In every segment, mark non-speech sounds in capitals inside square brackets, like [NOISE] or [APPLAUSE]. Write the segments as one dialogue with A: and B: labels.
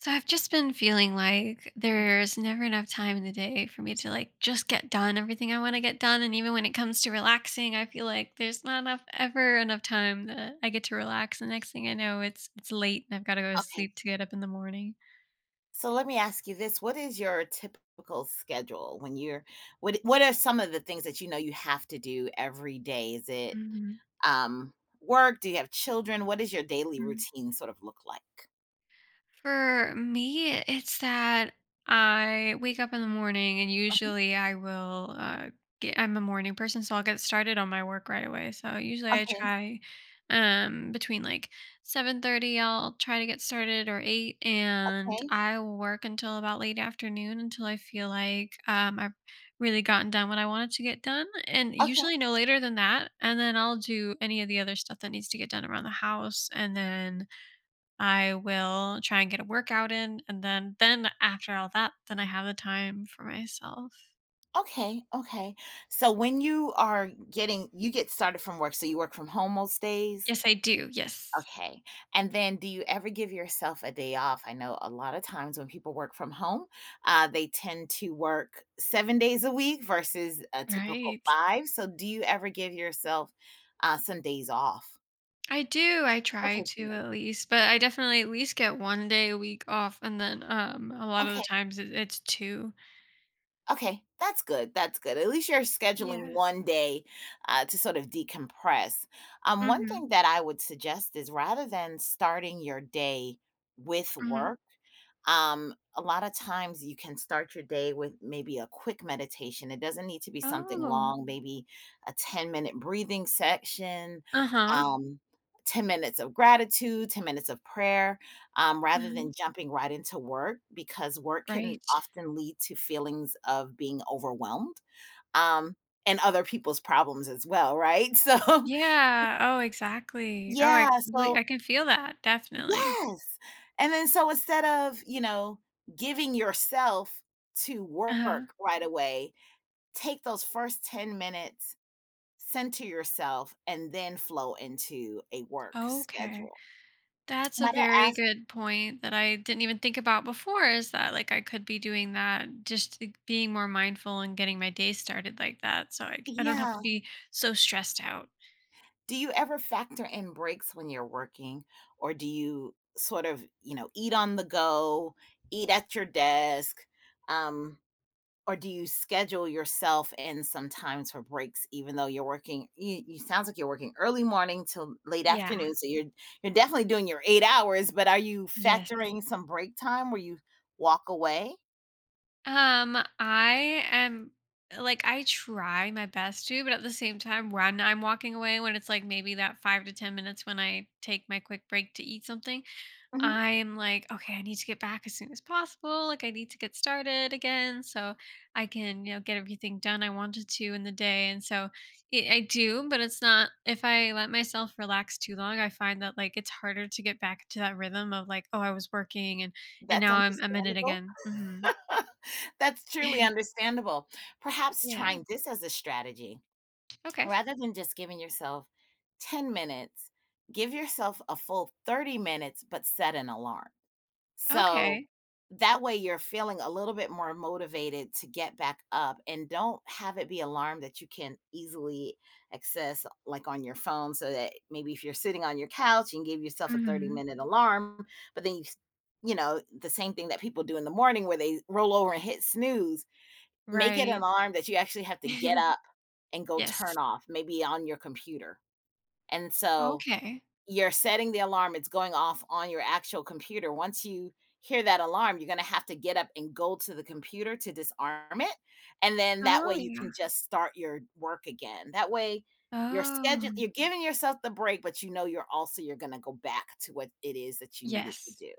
A: So I've just been feeling like there's never enough time in the day for me to like just get done everything I want to get done. And even when it comes to relaxing, I feel like there's not enough ever enough time that I get to relax. The next thing I know, it's late and I've got to go to
B: Okay.
A: sleep to get up in the morning.
B: So let me ask you this. What is your typical schedule when you're what are some of the things that you know you have to do every day? Is it
A: Mhm,
B: um work? Do you have children? What does your daily
A: mhm.
B: routine sort of look like?
A: For me, it's that I wake up in the morning and
B: Mhm.
A: usually I will get, I'm a morning person, so I'll get started on my work right away. So usually I
B: Okay.
A: try between like 7:30 I'll try to get started or 8, and
B: Okay.
A: I will work until about late afternoon until I feel like I've really gotten done what I wanted to get done, and
B: Okay.
A: usually no later than that, and then I'll do any of the other stuff that needs to get done around the house, and then I will try and get a workout in, and then after all that, then I have the time for myself.
B: Okay. Okay. So when you are getting you get started from work, so you work from home most days?
A: Yes, I do, yes.
B: Okay. And then do you ever give yourself a day off? I know a lot of times when people work from home, they tend to work 7 days a week versus a typical
A: Right.
B: five. So do you ever give yourself some days off?
A: I do, I try
B: Okay.
A: to
B: Good.
A: at least, but I definitely at least get 1 day a week off, and then, a lot of the
B: Okay.
A: times it's 2.
B: Okay, that's good. That's good. At least you're scheduling
A: Yeah.
B: one day to sort of decompress. One
A: Mhm,
B: thing that I would suggest is rather than starting your day with
A: mhm.
B: work, a lot of times you can start your day with maybe a quick meditation. It doesn't need to be something
A: Oh.
B: long, maybe a 10-minute breathing section,
A: Uh-huh.
B: um, 10 minutes of gratitude, 10 minutes of prayer rather than
A: Mhm.
B: jumping right into work because work can
A: Right.
B: often lead to feelings of being overwhelmed um, and other people's problems as well, right? [LAUGHS] So,
A: Yeah, oh, exactly. Oh, I
B: yeah,
A: completely.
B: so
A: I can feel that, definitely.
B: yes. And then, so instead of, you know, giving yourself to
A: Uh-huh.
B: work right away, take those first 10 minutes, center yourself, and then flow into a work
A: Okay.
B: schedule.
A: That's a
B: Might I
A: very
B: ask?
A: good point that I didn't even think about before, is that like I could be doing that, just like being more mindful and getting my day started like that, so I don't have
B: Yeah.
A: to be so stressed out.
B: Do you ever factor in breaks when you're working, or do you sort of, you know, eat on the go, eat at your desk, um, or do you schedule yourself in sometimes for breaks, even though you're working? You sounds like you're working early morning till late
A: Yeah.
B: afternoon, so you're definitely doing your 8 hours. But are you
A: Yes.
B: factoring some break time where you walk away?
A: I am like I try my best to, but at the same time when I'm walking away, when it's like maybe that 5 to 10 minutes when I take my quick break to eat something,
B: Mhm.
A: I'm like, okay, I need to get back as soon as possible. Like, I need to get started again so I can, you know, get everything done I wanted to in the day. And so it, I do, but it's not, if I let myself relax too long, I find that like it's harder to get back to that rhythm of like, oh, I was working, and
B: That's
A: now I'm in it
B: understandable.
A: again. Hmm.
B: [LAUGHS] That's truly
A: [LAUGHS]
B: understandable. Perhaps
A: yeah.
B: trying this as a strategy.
A: Okay.
B: Rather than just giving yourself 10 minutes, give yourself a full 30 minutes, but set an alarm. So
A: Okay.
B: that way you're feeling a little bit more motivated to get back up and don't have it be alarm that you can easily access like on your phone so that maybe if you're sitting on your couch you can give yourself a 30
A: Hmm.
B: minute alarm, but then you know, the same thing that people do in the morning where they roll over and hit snooze. Make it an
A: Right.
B: alarm that you actually have to get
A: [LAUGHS]
B: up and go turn
A: yes.
B: off, maybe on your computer. And so
A: Okay.
B: you're setting the alarm, it's going off on your actual computer. Once you hear that alarm, you're gonna have to get up and go to the computer to disarm it. And then that way
A: Oh,
B: you can
A: yeah.
B: just start your work again. That way
A: Oh,
B: you're giving yourself the break, but you know you're gonna go back to what it is that you needed to
A: yes.
B: do.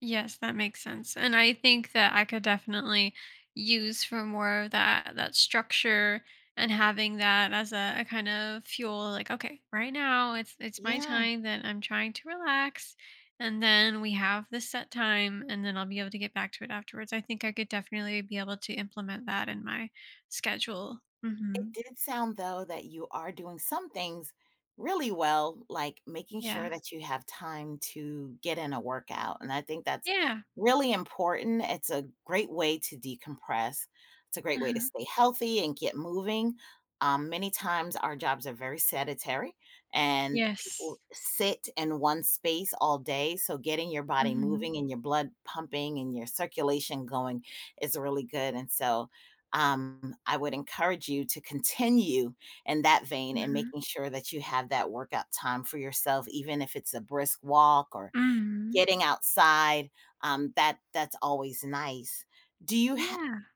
A: Yes, that makes sense. And I think that I could definitely use for more of that structure, and having that as a kind of fuel, like, okay, right now it's my
B: Yeah.
A: time that I'm trying to relax. And then we have this set time and then I'll be able to get back to it afterwards. I think I could definitely be able to implement that in my schedule. Hmm.
B: It did sound, though, that you are doing some things really well, like making
A: Yeah.
B: sure that you have time to get in a workout. And I think that's
A: Yeah.
B: really important. It's a great way to decompress, it's a great way to
A: uh
B: stay healthy and get moving. Many times, our jobs are very sedentary and people
A: Yes.
B: sit in one space all day. So, getting your body
A: Hmm.
B: moving and your blood pumping and your circulation going is really good. And so, I would encourage you to continue in that vein and
A: Hmm.
B: making sure that you have that workout time for yourself, even if it's a brisk walk or
A: Hmm.
B: getting outside. That's always nice. Do you ha-
A: Yeah.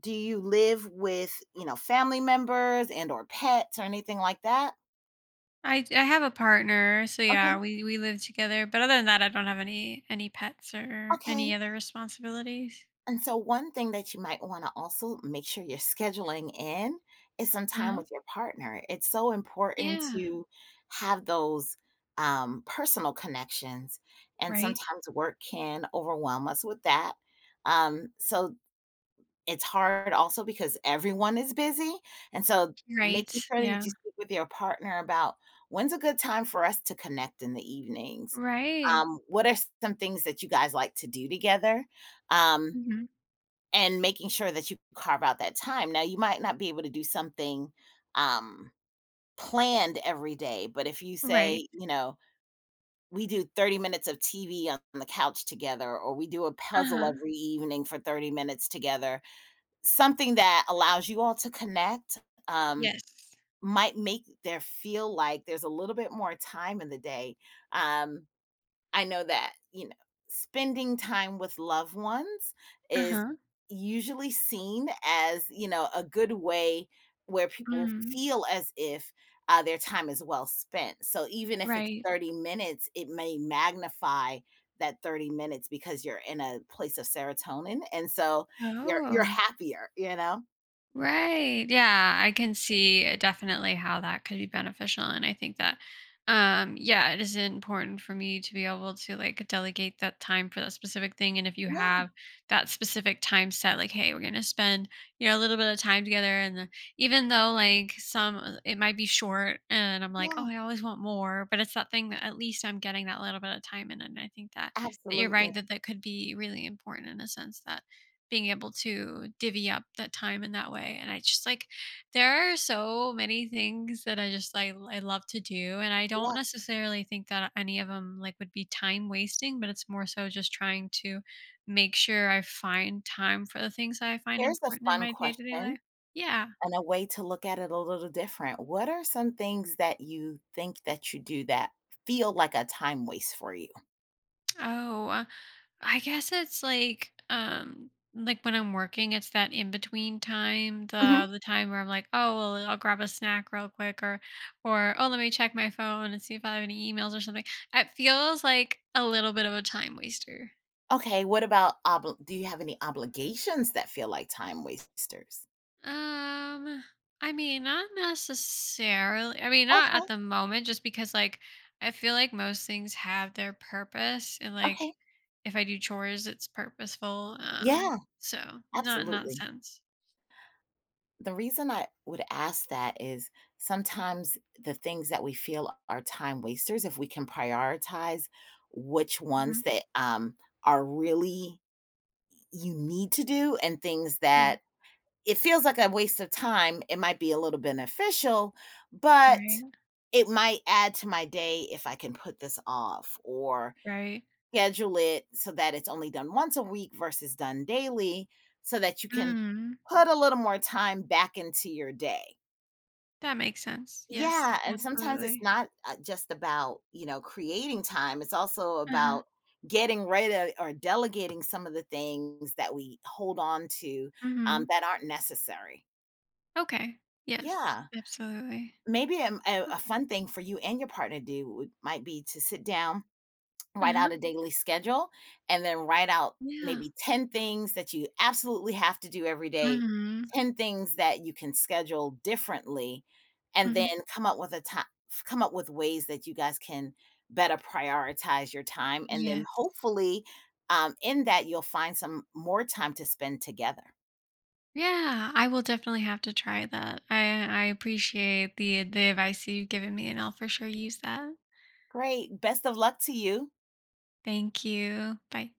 B: do you live with, you know, family members and or pets or anything like that?
A: I have a partner, so
B: Okay,
A: yeah, we live together. But other than that, I don't have any pets or any
B: okay.
A: other responsibilities.
B: And so one thing that you might wanna also make sure you're scheduling in is some time
A: Uh-huh.
B: with your partner. It's so important
A: Yeah.
B: to have those, personal connections, and
A: Right.
B: sometimes work can overwhelm us with that. So it's hard also because everyone is busy, and so
A: Right.
B: making sure that
A: Yeah.
B: you speak with your partner about when's a good time for us to connect in the evenings?
A: Right.
B: What are some things that you guys like to do together? Um,
A: Hmm.
B: and making sure that you carve out that time. Now, you might not be able to do something um, planned every day, but if you
A: Right.
B: say, you know, we do 30 minutes of TV on the couch together, or we do a
A: Uh
B: puzzle
A: huh.
B: every evening for 30 minutes together, something that allows you all to connect um,
A: Yes.
B: might make there feel like there's a little bit more time in the day. Um, I know that, you know, spending time with loved ones
A: Uh
B: is
A: huh.
B: usually seen as, you know, a good way where people
A: Hmm.
B: feel as if, their time is well spent. So even if it's
A: Right.
B: 30 minutes, it may magnify that 30 minutes because you're in a place of serotonin, and so you're
A: Oh.
B: happier, you know?
A: Right. Yeah, I can see definitely how that could be beneficial, and I think that yeah, it is important for me to be able to like delegate that time for that specific thing, and if you
B: Yeah,
A: have that specific time set, like, hey, we're going to spend, you know, a little bit of time together and the, even though like some it might be short and I'm like,
B: yeah,
A: "Oh, I always want more," but it's that thing that at least I'm getting that little bit of time in, and I think that, that you're
B: absolutely.
A: right that that could be really important in a sense that being able to divvy up that time in that way. And I just like, there are so many things that I just like, I love to do. And I
B: Yeah.
A: don't necessarily think that any of them like would be time wasting, but it's more so just trying to make sure I find time for the things that I find
B: Here's a
A: important in
B: fun
A: my day to day
B: question,
A: life. Yeah.
B: and a way to look at it a little different. What are some things that you think that you do that feel like a time waste for you?
A: Oh. I guess it's like when I'm working, it's that in between time,
B: Mhm.
A: the time where I'm like, oh well, I'll grab a snack real quick, or oh let me check my phone and see if I have any emails or something. It feels like a little bit of a time waster.
B: Okay, what about obli do you have any obligations that feel like time wasters?
A: Um, I mean, not necessarily. I mean, not
B: Okay,
A: at the moment, just because like I feel like most things have their purpose, and like
B: okay.
A: if I do chores, it's purposeful.
B: Yeah,
A: So not not
B: absolutely.
A: sense.
B: The reason I would ask that is sometimes the things that we feel are time wasters, if we can prioritize which ones that, are really you need to do, and things
A: Yeah,
B: that it feels like a waste of time. It might be a little beneficial, but
A: right,
B: it might add to my day if I can put this off or
A: right.
B: schedule it so that it's only done once a week versus done daily, so that you can
A: Mm,
B: put a little more time back into your day.
A: that makes sense. Yes,
B: Yeah, and sometimes it's
A: absolutely.
B: not just about, you know, creating time, it's also
A: Uh-huh,
B: about getting rid of or delegating some of the things that we hold on to
A: mhm.
B: that aren't necessary.
A: Okay, yes,
B: Yeah.
A: absolutely.
B: Maybe a, a
A: Uh,
B: a fun thing for you and your partner to do would might be to sit down, write
A: uh-huh,
B: out a daily schedule, and then write out
A: yeah.
B: maybe 10 things that you absolutely have to do every day,
A: Mhm,
B: 10 things that you can schedule differently, and then
A: mhm.
B: come up with a time come up with ways that you guys can better prioritize your time. And then
A: Yes.
B: hopefully, in that you'll find some more time to spend together.
A: Yeah, I will definitely have to try that. I appreciate the advice you've given me, and I'll for sure use that.
B: Great. Best of luck to you.
A: Thank you. Bye.